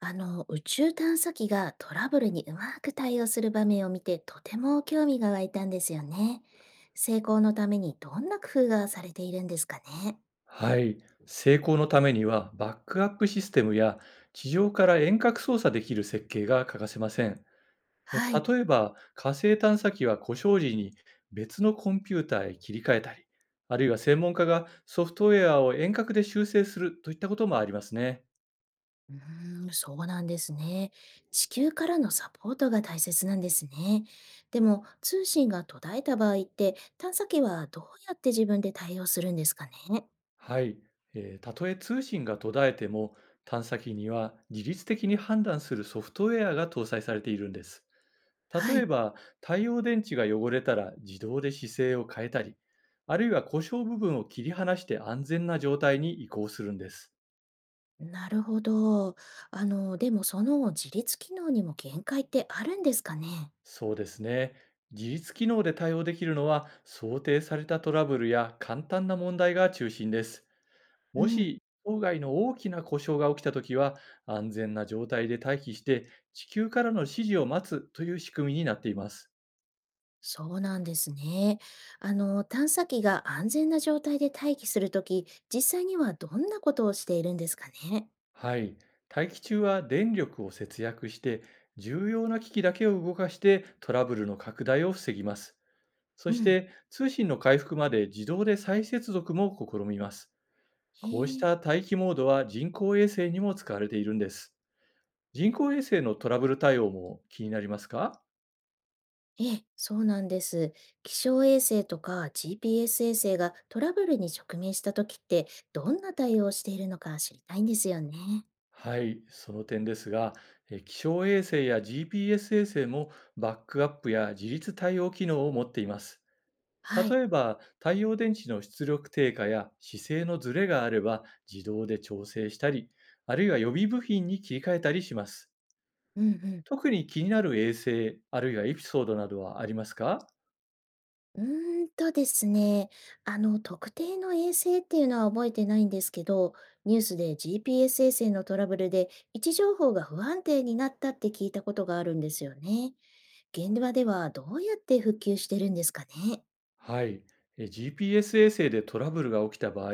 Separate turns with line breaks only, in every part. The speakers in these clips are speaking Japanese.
宇宙探査機がトラブルにうまく対応する場面を見てとても興味が湧いたんですよね。成功のためにどんな工夫がされているんですかね。
はい、成功のためにはバックアップシステムや地上から遠隔操作できる設計が欠かせません。例
はい。
えば火星探査機は故障時に別のコンピューターへ切り替えたり、あるいは専門家がソフトウェアを遠隔で修正するといったこともありますね。
そうなんですね。地球からのサポートが大切なんですね。でも、通信が途絶えた場合って、探査機はどうやって自分で対応するんですかね。
はい、たとえ通信が途絶えても探査機には自律的に判断するソフトウェアが搭載されているんです。
は
例え
い。
ば、太陽電池が汚れたら自動で姿勢を変えたり、あるいは故障部分を切り離して安全な状態に移行するんです。
なるほど。でもその自立機能にも限界ってあるんですかね。
そうですね。自律機能で対応できるのは、想定されたトラブルや簡単な問題が中心です。
う
も
ん。
し、当該の大きな故障が起きたときは、安全な状態で待機して、地球からの指示を待つという仕組みになっています。
そうなんですね。探査機が安全な状態で待機するとき、実際にはどんなことをしているんですかね。
はい。大気中は電力を節約して、重要な機器だけを動かしてトラブルの拡大を防ぎます。そ
う
し
ん、
て通信の回復まで自動で再接続も試みます。こうし
へえ、
た待機モードは人工衛星にも使われているんです。人工衛星のトラブル対応も気になりますか？
ええ、そうなんです。気象衛星とか GPS 衛星がトラブルに直面したときって、どんな対応をしているのか知りたいんですよね。
はい、その点ですが、気象衛星や GPS 衛星もバックアップや自立対応機能を持っています。
はい。
例えば、太陽電池の出力低下や姿勢のズレがあれば自動で調整したり、あるいは予備部品に切り替えたりします。
うんうん。
特に気になる衛星、あるいはエピソードなどはありますか？
うーんとですね、特定の衛星っていうのは覚えてないんですけど、ニュースで GPS 衛星のトラブルで位置情報が不安定になったって聞いたことがあるんですよね。現場ではどうやって復旧してるんですかね。
はい。GPS 衛星でトラブルが起きた場合、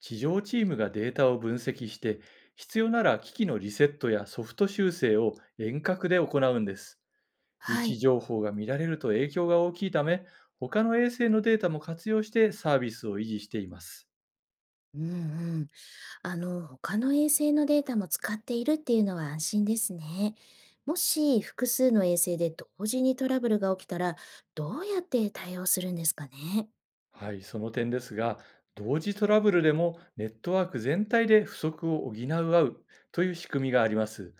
地上チームがデータを分析して、必要なら機器のリセットやソフト修正を遠隔で行うんです。位
は
置
い。
情報が乱れると影響が大きいため、他の衛星のデータも活用してサービスを維持しています。
うんうん。他の衛星のデータも使っているっていうのは安心ですね。もし複数の衛星で同時にトラブルが起きたら、どうやって対応するんですかね。
はい、その点ですが、同時トラブルでもネットワーク全体で不足を補う合うという仕組みがあります。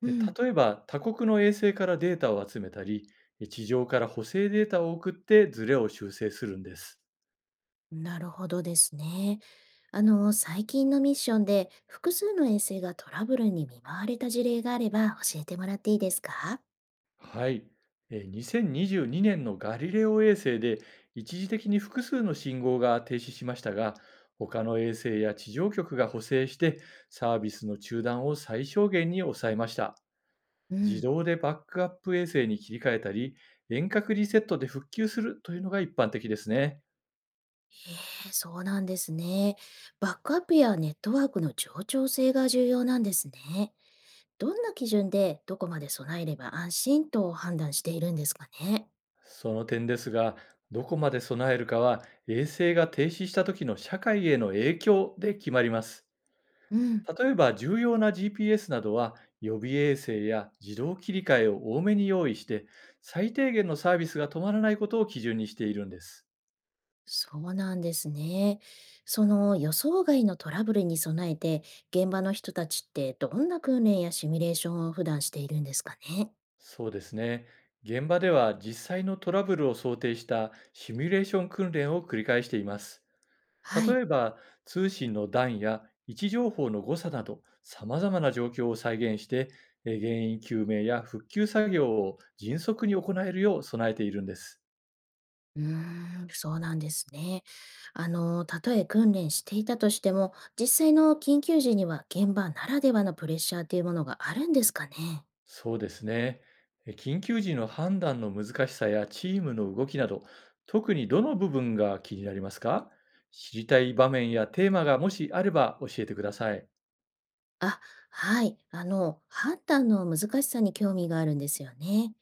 う
え
ん。
例えば、他国の衛星からデータを集めたり、地上から補正データを送ってズレを修正するんです。
なるほどですね。最近のミッションで複数の衛星がトラブルに見舞われた事例があれば教えてもらっていいですか？
はい。2022年のガリレオ衛星で一時的に複数の信号が停止しましたが、他の衛星や地上局が補正してサービスの中断を最小限に抑えました。
う
自
ん、
動でバックアップ衛星に切り替えたり、遠隔リセットで復旧するというのが一般的ですね。
ええ、そうなんですね。バックアップやネットワークの冗長性が重要なんですね。どんな基準でどこまで備えれば安心と判断しているんですかね？
その点ですが、どこまで備えるかは衛星が停止した時の社会への影響で決まります。
うん。
例えば重要な GPS などは予備衛星や自動切り替えを多めに用意して、最低限のサービスが止まらないことを基準にしているんです。
そうなんですね。その予想外のトラブルに備えて、現場の人たちってどんな訓練やシミュレーションを普段しているんですかね。
そうですね。現場では実際のトラブルを想定したシミュレーション訓練を繰り返しています。
は
例
い。
えば通信の段や位置情報の誤差など様々な状況を再現して、原因究明や復旧作業を迅速に行えるよう備えているんです。
うーそうなんですね。たとえ訓練していたとしても、実際の緊急時には現場ならではのプレッシャーというものがあるんですかね。
そうですね。緊急時の判断の難しさやチームの動きなど、特にどの部分が気になりますか？知りたい場面やテーマがもしあれば教えてください。
あ、はい。判断の難しさに興味があるんですよね。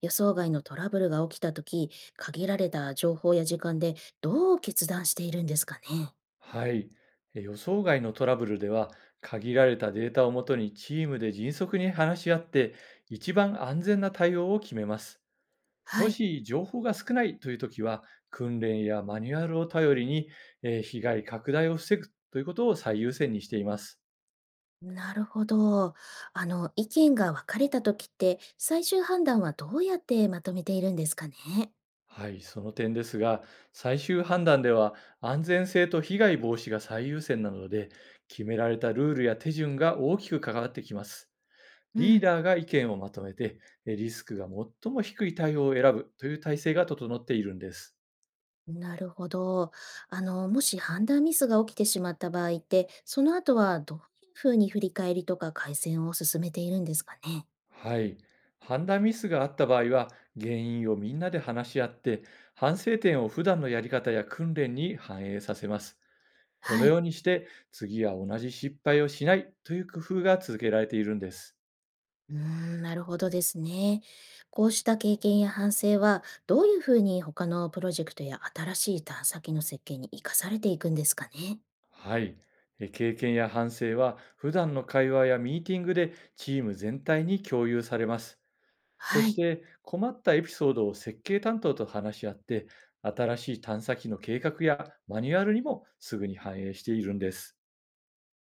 予想外のトラブルが起きたとき、限られた情報や時間でどう決断しているんですかね。
はい。予想外のトラブルでは、限られたデータをもとにチームで迅速に話し合って、一番安全な対応を決めます。
は
も
い。
し情報が少ないというときは、訓練やマニュアルを頼りに、被害拡大を防ぐということを最優先にしています。
なるほど。意見が分かれたときって、最終判断はどうやってまとめているんですかね。
はい、その点ですが、最終判断では安全性と被害防止が最優先なので、決められたルールや手順が大きく関わってきます。
う
リー
ん。
ダーが意見をまとめて、リスクが最も低い対応を選ぶという体制が整っているんです。
なるほど。もし判断ミスが起きてしまった場合って、その後はどういうふうに振り返りとか改善を進めているんですかね。
はい、判断ミスがあった場合は、原因をみんなで話し合って、反省点を普段のやり方や訓練に反映させます。この
は
よ
い。
うにして、次は同じ失敗をしないという工夫が続けられているんです。
うーなるほどですね。こうした経験や反省は、どういうふうに他のプロジェクトや新しい探査機の設計に生かされていくんですかね。
はい。経験や反省は普段の会話やミーティングでチーム全体に共有されます。そ
は
し
い。
て困ったエピソードを設計担当と話し合って、新しい探査機の計画やマニュアルにもすぐに反映しているんです。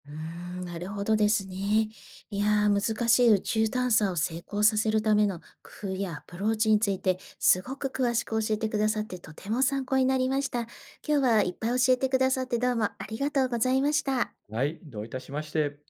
うーなるほどですね。いやー、難しい宇宙探査を成功させるための工夫やアプローチについて、すごく詳しく教えてくださってとても参考になりました。今日はいっぱい教えてくださってどうもありがとうございました。
はい、どういたしまして。